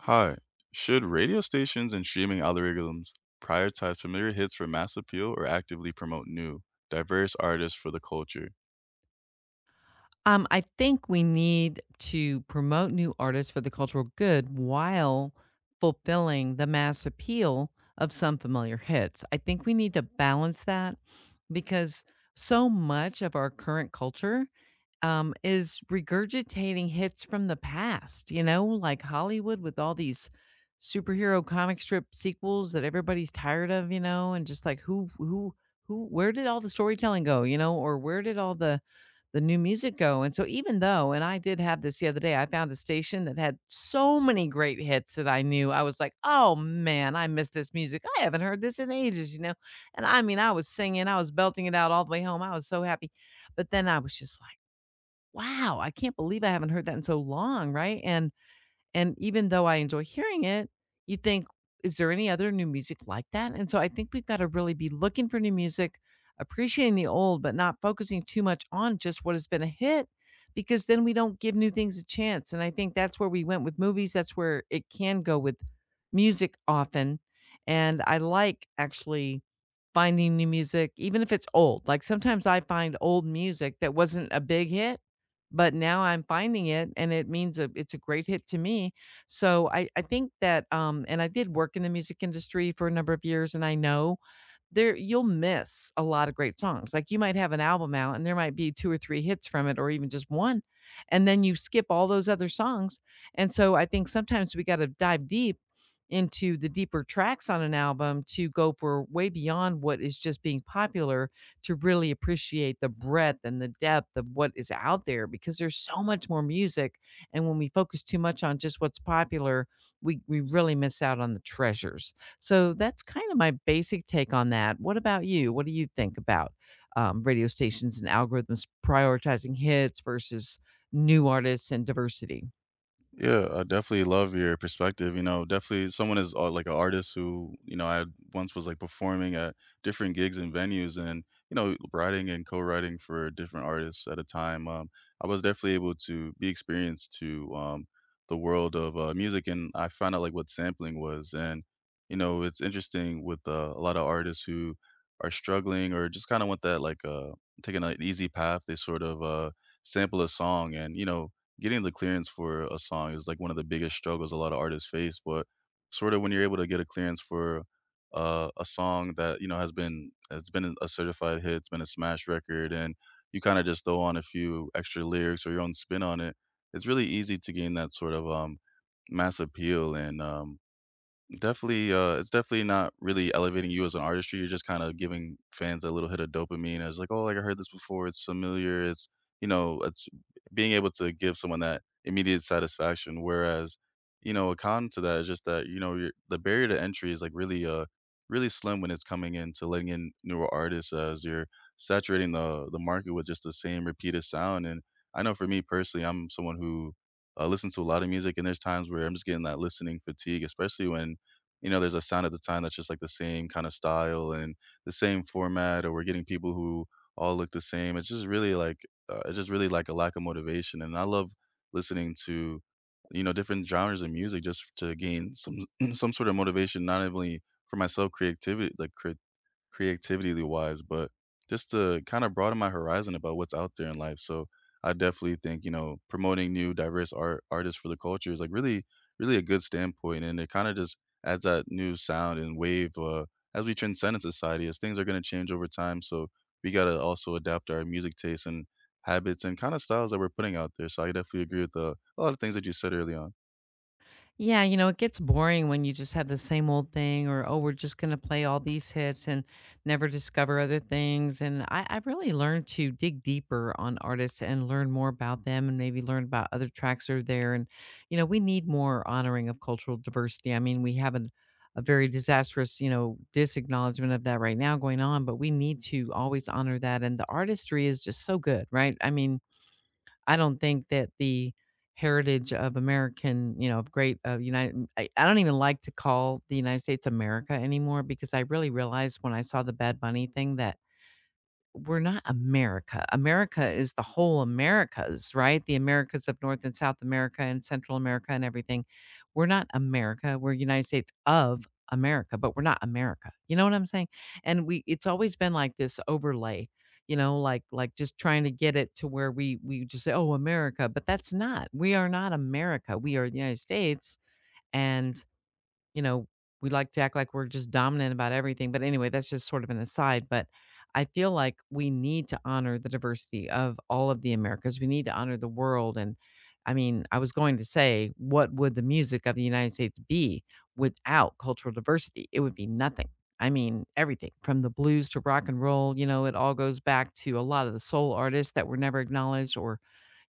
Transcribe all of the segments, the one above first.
Hi. Should radio stations and streaming algorithms prioritize familiar hits for mass appeal or actively promote new, diverse artists for the culture? I think we need to promote new artists for the cultural good while fulfilling the mass appeal of some familiar hits. I think we need to balance that because so much of our current culture is regurgitating hits from the past, you know, like Hollywood with all these superhero comic strip sequels that everybody's tired of, you know, and just like where did all the storytelling go, you know, or where did all the new music go. And so even though and I did have this the other day, I found a station that had so many great hits that I knew. I was like, "Oh, man, I miss this music. I haven't heard this in ages," you know? And I mean, I was singing, I was belting it out all the way home. I was so happy. But then I was just like, "Wow, I can't believe I haven't heard that in so long," right? And even though I enjoy hearing it, you think, is there any other new music like that? And so I think we've got to really be looking for new music, appreciating the old, but not focusing too much on just what has been a hit, because then we don't give new things a chance. And I think that's where we went with movies. That's where it can go with music often. And I like actually finding new music, even if it's old. Like sometimes I find old music that wasn't a big hit but now I'm finding it, and it means a it's a great hit to me. So I think that, and I did work in the music industry for a number of years, and I know there you'll miss a lot of great songs. Like you might have an album out and there might be two or three hits from it or even just one. And then you skip all those other songs. And so I think sometimes we got to dive deep into the deeper tracks on an album to go for way beyond what is just being popular to really appreciate the breadth and the depth of what is out there because there's so much more music and when we focus too much on just what's popular we really miss out on the treasures so that's kind of my basic take on that. What about you? What do you think about radio stations and algorithms prioritizing hits versus new artists and diversity? Yeah, I definitely love your perspective. You know, definitely someone is like an artist who, you know, I once was like performing at different gigs and venues and, you know, writing and co-writing for different artists at a time. I was definitely able to be experienced to the world of music, and I found out like what sampling was. And, you know, it's interesting with a lot of artists who are struggling or just kind of want that like taking an easy path. They sort of sample a song, and, you know, getting the clearance for a song is like one of the biggest struggles a lot of artists face, but sort of when you're able to get a clearance for a song that you know has been it's been a certified hit, it's been a smash record, and you kind of just throw on a few extra lyrics or your own spin on it. It's really easy to gain that sort of mass appeal and definitely, it's definitely not really elevating you as an artistry. You're just kind of giving fans a little hit of dopamine. It's like, oh, like I heard this before. It's familiar. It's, you know, it's being able to give someone that immediate satisfaction. Whereas, you know, a con to that is just that you know your the barrier to entry is like really really slim when it's coming into letting in newer artists as you're saturating the market with just the same repeated sound. And I know for me personally, I'm someone who listens to a lot of music, and there's times where I'm just getting that listening fatigue, especially when, you know, there's a sound at the time that's just like the same kind of style and the same format, or we're getting people who all look the same. It's just really like it's just really like a lack of motivation. And I love listening to, you know, different genres of music just to gain some some sort of motivation, not only for myself creativity like creativity wise, but just to kind of broaden my horizon about what's out there in life. So I definitely think, you know, promoting new diverse art artists for the culture is like really, really a good standpoint. And it kind of just adds that new sound and wave as we transcend in society, as things are going to change over time. So we got to also adapt our music tastes and habits and kind of styles that we're putting out there. So I definitely agree with a lot of things that you said early on. Yeah, you know, it gets boring when you just have the same old thing or, oh, we're just going to play all these hits and never discover other things. And I really learned to dig deeper on artists and learn more about them and maybe learn about other tracks that are there. And, you know, we need more honoring of cultural diversity. I mean, we have a very disastrous, you know, disacknowledgement of that right now going on, but we need to always honor that. And the artistry is just so good, right? I mean, I don't think that the heritage of American, you know, of great of United mm, I don't even like to call the United States America anymore because I really realized when I saw the Bad Bunny thing that we're not America. America is the whole Americas, right? The Americas of North and South America and Central America and everything. We're not America. We're United States of America, but we're not America. You know what I'm saying? And we it's always been like this overlay, you know, like just trying to get it to where we just say, "Oh, America," but that's not. We are not America. We are the United States, and you know, we like to act like we're just dominant about everything. But anyway, that's just sort of an aside. But I feel like we need to honor the diversity of all of the Americas. We need to honor the world. And I mean, I was going to say, what would the music of the United States be without cultural diversity? It would be nothing. I mean, everything from the blues to rock and roll, you know, it all goes back to a lot of the soul artists that were never acknowledged or,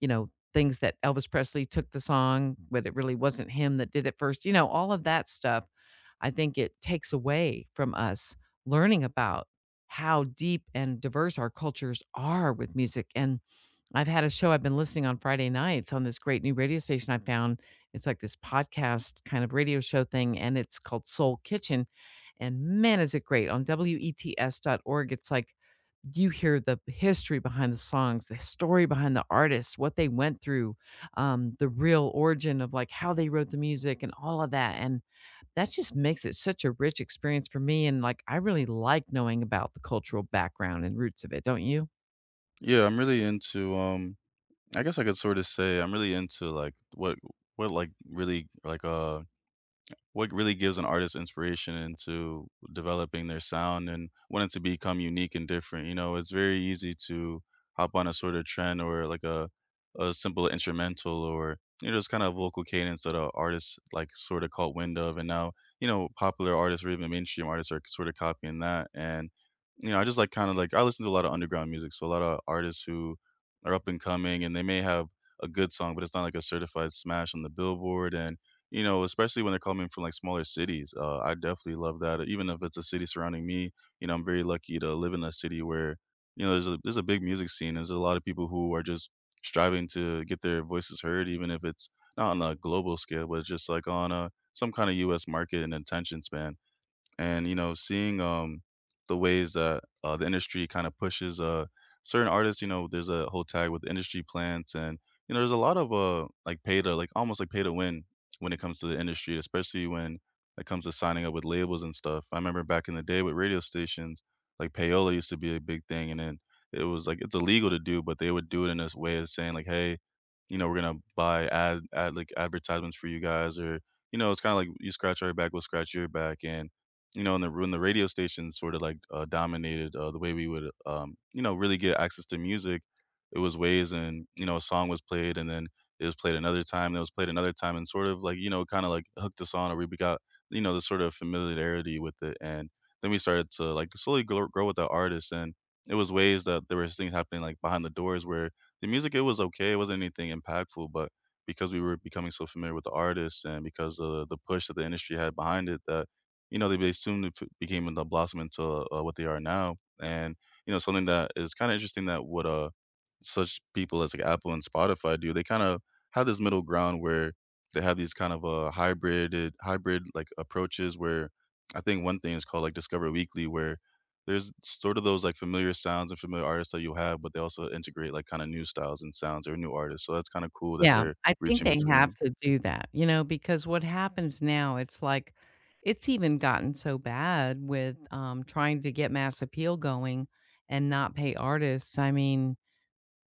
you know, things that Elvis Presley took the song, but it really wasn't him that did it first. You know, all of that stuff, I think it takes away from us learning about how deep and diverse our cultures are with music. And I've had a show I've been listening on Friday nights on this great new radio station I found. It's like this podcast kind of radio show thing, and it's called Soul Kitchen. And man, is it great, on wets.org. It's like you hear the history behind the songs, the story behind the artists, what they went through, the real origin of like how they wrote the music and all of that. And that just makes it such a rich experience for me. And like, I really like knowing about the cultural background and roots of it, don't you? Yeah, I'm really into I guess I could sort of say I'm really into like what like really like what really gives an artist inspiration into developing their sound and wanting to become unique and different. You know, it's very easy to hop on a sort of trend or like a simple instrumental or, you know, just kind of vocal cadence that a artist like sort of caught wind of, and now, you know, popular artists or even mainstream artists are sort of copying that. And, you know, I just like kind of like I listen to a lot of underground music, so a lot of artists who are up and coming, and they may have a good song, but it's not like a certified smash on the Billboard. And, you know, especially when they're coming from, like, smaller cities, I definitely love that, even if it's a city surrounding me. You know, I'm very lucky to live in a city where, you know, there's a big music scene, there's a lot of people who are just striving to get their voices heard, even if it's not on a global scale, but just, like, on a some kinda US market and attention span. And you know seeing the ways that the industry kind of pushes certain artists, you know, there's a whole tag with industry plants. And, you know, there's a lot of like pay to like almost like pay to win when it comes to the industry, especially when it comes to signing up with labels and stuff. I remember back in the day with radio stations like payola used to be a big thing, and then it was like it's illegal to do, but they would do it in this way of saying, like, hey, you know, we're gonna buy ad like advertisements for you guys. Or, you know, it's kind of like you scratch our back, we'll scratch your back. And, you know, and the when the radio stations sort of like dominated the way we would, you know, really get access to music. It was ways, and, you know, a song was played, and then it was played another time, and it was played another time, and sort of like, you know, kind of like hooked us on, or we got, you know, the sort of familiarity with it, and then we started to like slowly grow, grow with the artist. And it was ways that there was things happening like behind the doors where the music it was okay, it wasn't anything impactful, but because we were becoming so familiar with the artist and because of the push that the industry had behind it that, you know, they soon it became the blossom into what they are now. And, you know, something that is kind of interesting that what such people as like Apple and Spotify do, they kind of have this middle ground where they have these kind of hybrid like approaches where I think one thing is called like Discover Weekly, where there's sort of those like familiar sounds and familiar artists that you have, but they also integrate like kind of new styles and sounds or new artists. So that's kind of cool that Yeah, they're I think reaching they have between. to do that, you know, because what happens now, it's like it's even gotten so bad with, trying to get mass appeal going and not pay artists. I mean,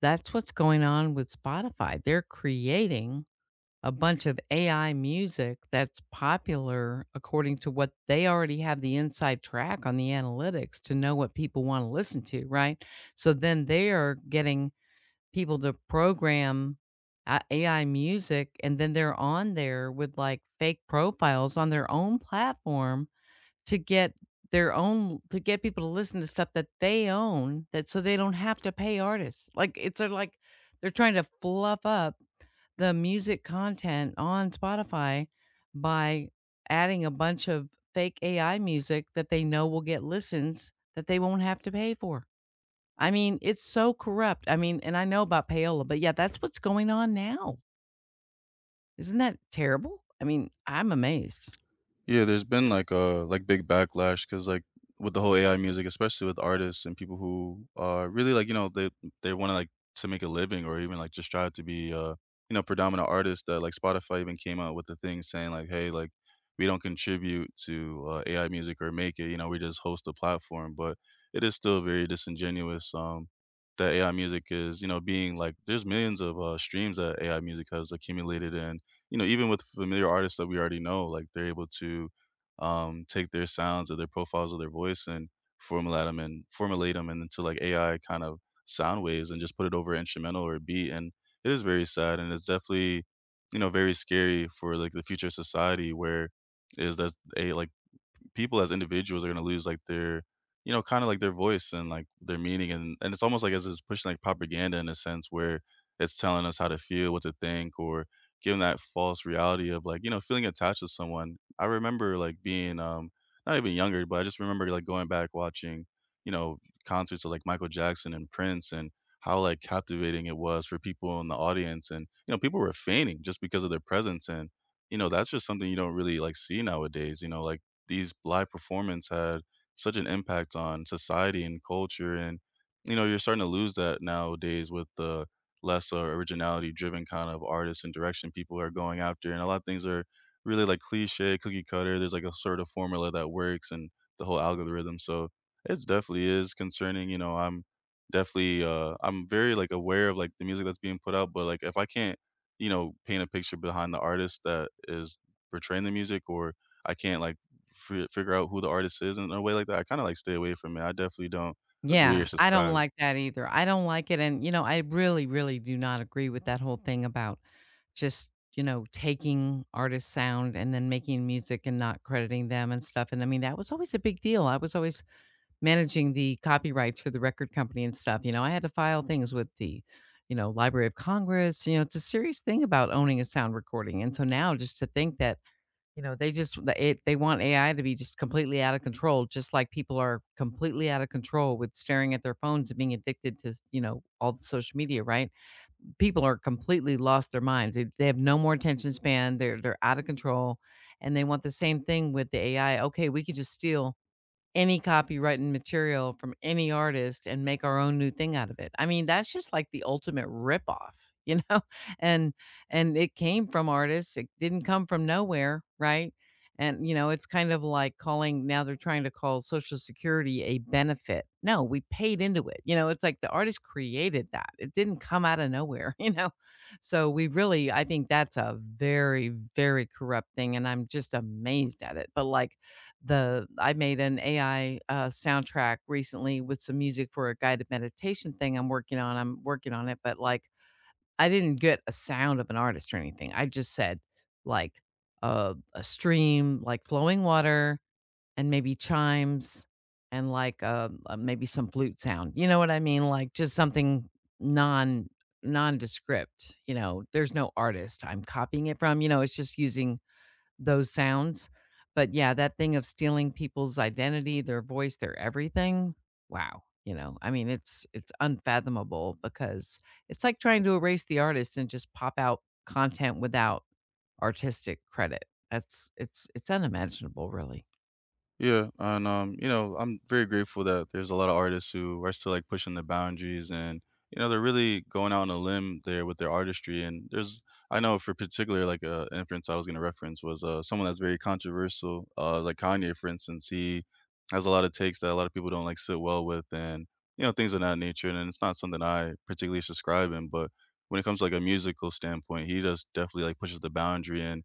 that's what's going on with Spotify. They're creating a bunch of AI music that's popular according to what they already have the inside track on the analytics to know what people wanna listen to, right? So then they are getting people to program a AI music, and then they're on there with, like, fake profiles on their own platform to get their own to get people to listen to stuff that they own, that so they don't have to pay artists. Like, it's sort of like they're trying to fluff up the music content on Spotify by adding a bunch of fake AI music that they know will get listens that they won't have to pay for. I mean, it's so corrupt. I mean, and I know about payola, but yeah, that's what's going on now. Isn't that terrible? I mean, I'm amazed. Yeah, there's been like a like big backlash because like with the whole AI music, especially with artists and people who are really like, you know, they want to like to make a living or even like just try to be you know predominant artists. That like Spotify even came out with the thing saying like, hey, like we don't contribute to AI music or make it, you know, we just host the platform, but it is still very disingenuous that AI music is, you know, being like there's millions of streams that AI music has accumulated in. You know, even with familiar artists that we already know, like they're able to take their sounds or their profiles of their voice and formulate them into like AI kind of sound waves and just put it over an instrumental or a beat. And it is very sad, and it's definitely, you know, very scary for like the future of society where is that a like people as individuals are gonna lose like their, you know, kind of like their voice and like their meaning. And it's almost like as it's pushing like propaganda in a sense where it's telling us how to feel, what to think, or giving that false reality of like, you know, feeling attached to someone. I remember like being not even younger, but I just remember like going back watching, you know, concerts of like Michael Jackson and Prince, and how like captivating it was for people in the audience, and, you know, people were fainting just because of their presence. And, you know, that's just something you don't really like see nowadays, you know, like these live performance had such an impact on society and culture. And, you know, you're starting to lose that nowadays with the less originality driven kind of artists and direction people are going after, and a lot of things are really like cliche cookie cutter, there's like a sort of formula that works and the whole algorithm. So it's definitely is concerning, you know. I'm definitely I'm very like aware of like the music that's being put out, but like if I can't, you know, paint a picture behind the artist that is portraying the music, or I can't like fi figure out who the artist is in a way like that, I kinda, like, stay away from it. I definitely don't agree or Yeah, I don't subscribe. like that either. I don't like it. And, you know, I really, really do not agree with that whole thing about just, you know, taking artist sound and then making music and not crediting them and stuff. And I mean, that was always a big deal. I was always managing the copyrights for the record company and stuff, you know, I had to file things with the, you know, Library of Congress. You know, it's a serious thing about owning a sound recording, and so now just to think that, you know, they want AI to be just completely out of control, just like people are completely out of control with staring at their phones and being addicted to, you know, all the social media, right? People are completely lost their minds. They have no more attention span, they're out of control, and they want the same thing with the AI, "Okay, we could just steal any copyrighted material from any artist and make our own new thing out of it." I mean, that's just like the ultimate ripoff, you know? And and it came from artists. It didn't come from nowhere, right? And you know, it's kind of like calling, now they're trying to call social security a benefit. No, we paid into it. You know, it's like the artist created that. It didn't come out of nowhere, you know? So we really I think that's a very very corrupt thing, and I'm just amazed at it. But like the I made an AI soundtrack recently with some music for a guided meditation thing I'm working on. I'm working on it, but, like, I didn't get a sound of an artist or anything. I just said, like, a stream, like, flowing water and maybe chimes and, like, maybe some flute sound. You know what I mean? Like, just something non nondescript, you know? There's no artist I'm copying it from, you know, it's just using those sounds. But yeah, that thing of stealing people's identity, their voice, their everything. Wow. You know, I mean, it's unfathomable because it's like trying to erase the artist and just pop out content without artistic credit. That's it's unimaginable, really. Yeah, and you know, I'm very grateful that there's a lot of artists who are still like pushing the boundaries. And, you know, they're really going out on a limb there with their artistry. And there's I know for particular like a inference I was going to reference was someone that's very controversial like Kanye for instance. He has a lot of takes that a lot of people don't like sit well with. And, you know, things of that nature, and it's not something I particularly subscribe in, but when it comes to like a musical standpoint, he does definitely like pushes the boundary, and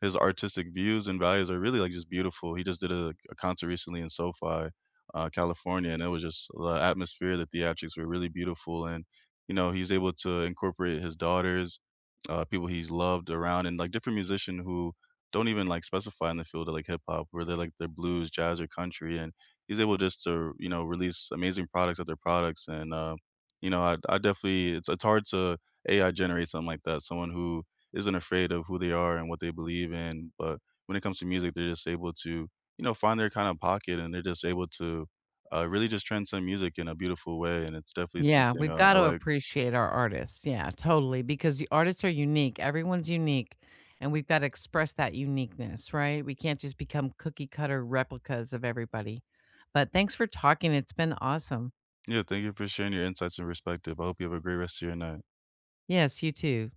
his artistic views and values are really, like, just beautiful. He just did a like, a concert recently in SoFi, California, and it was just the atmosphere, the theatrics were really beautiful. And, you know, he's able to incorporate his daughters, people he's loved around, and, like, different musicians who don't even, like, specify in the field of, like, hip hop, where they're, like, they're blues, jazz, or country, and he's able just to, you know, release amazing products at their products. And, you know, I definitely it's hard to AI generate something like that, someone who isn't afraid of who they are and what they believe in. But when it comes to music, they're just able to, you know, find their kind of pocket, and they're just able to really just transcend music in a beautiful way. And it's definitely Yeah, something we've got I to like. appreciate our artists. Yeah, totally. Because the artists are unique. Everyone's unique. And we've got to express that uniqueness, right? We can't just become cookie cutter replicas of everybody. But thanks for talking. It's been awesome. Yeah, thank you for sharing your insights and perspective. I hope you have a great rest of your night. Yes, you too.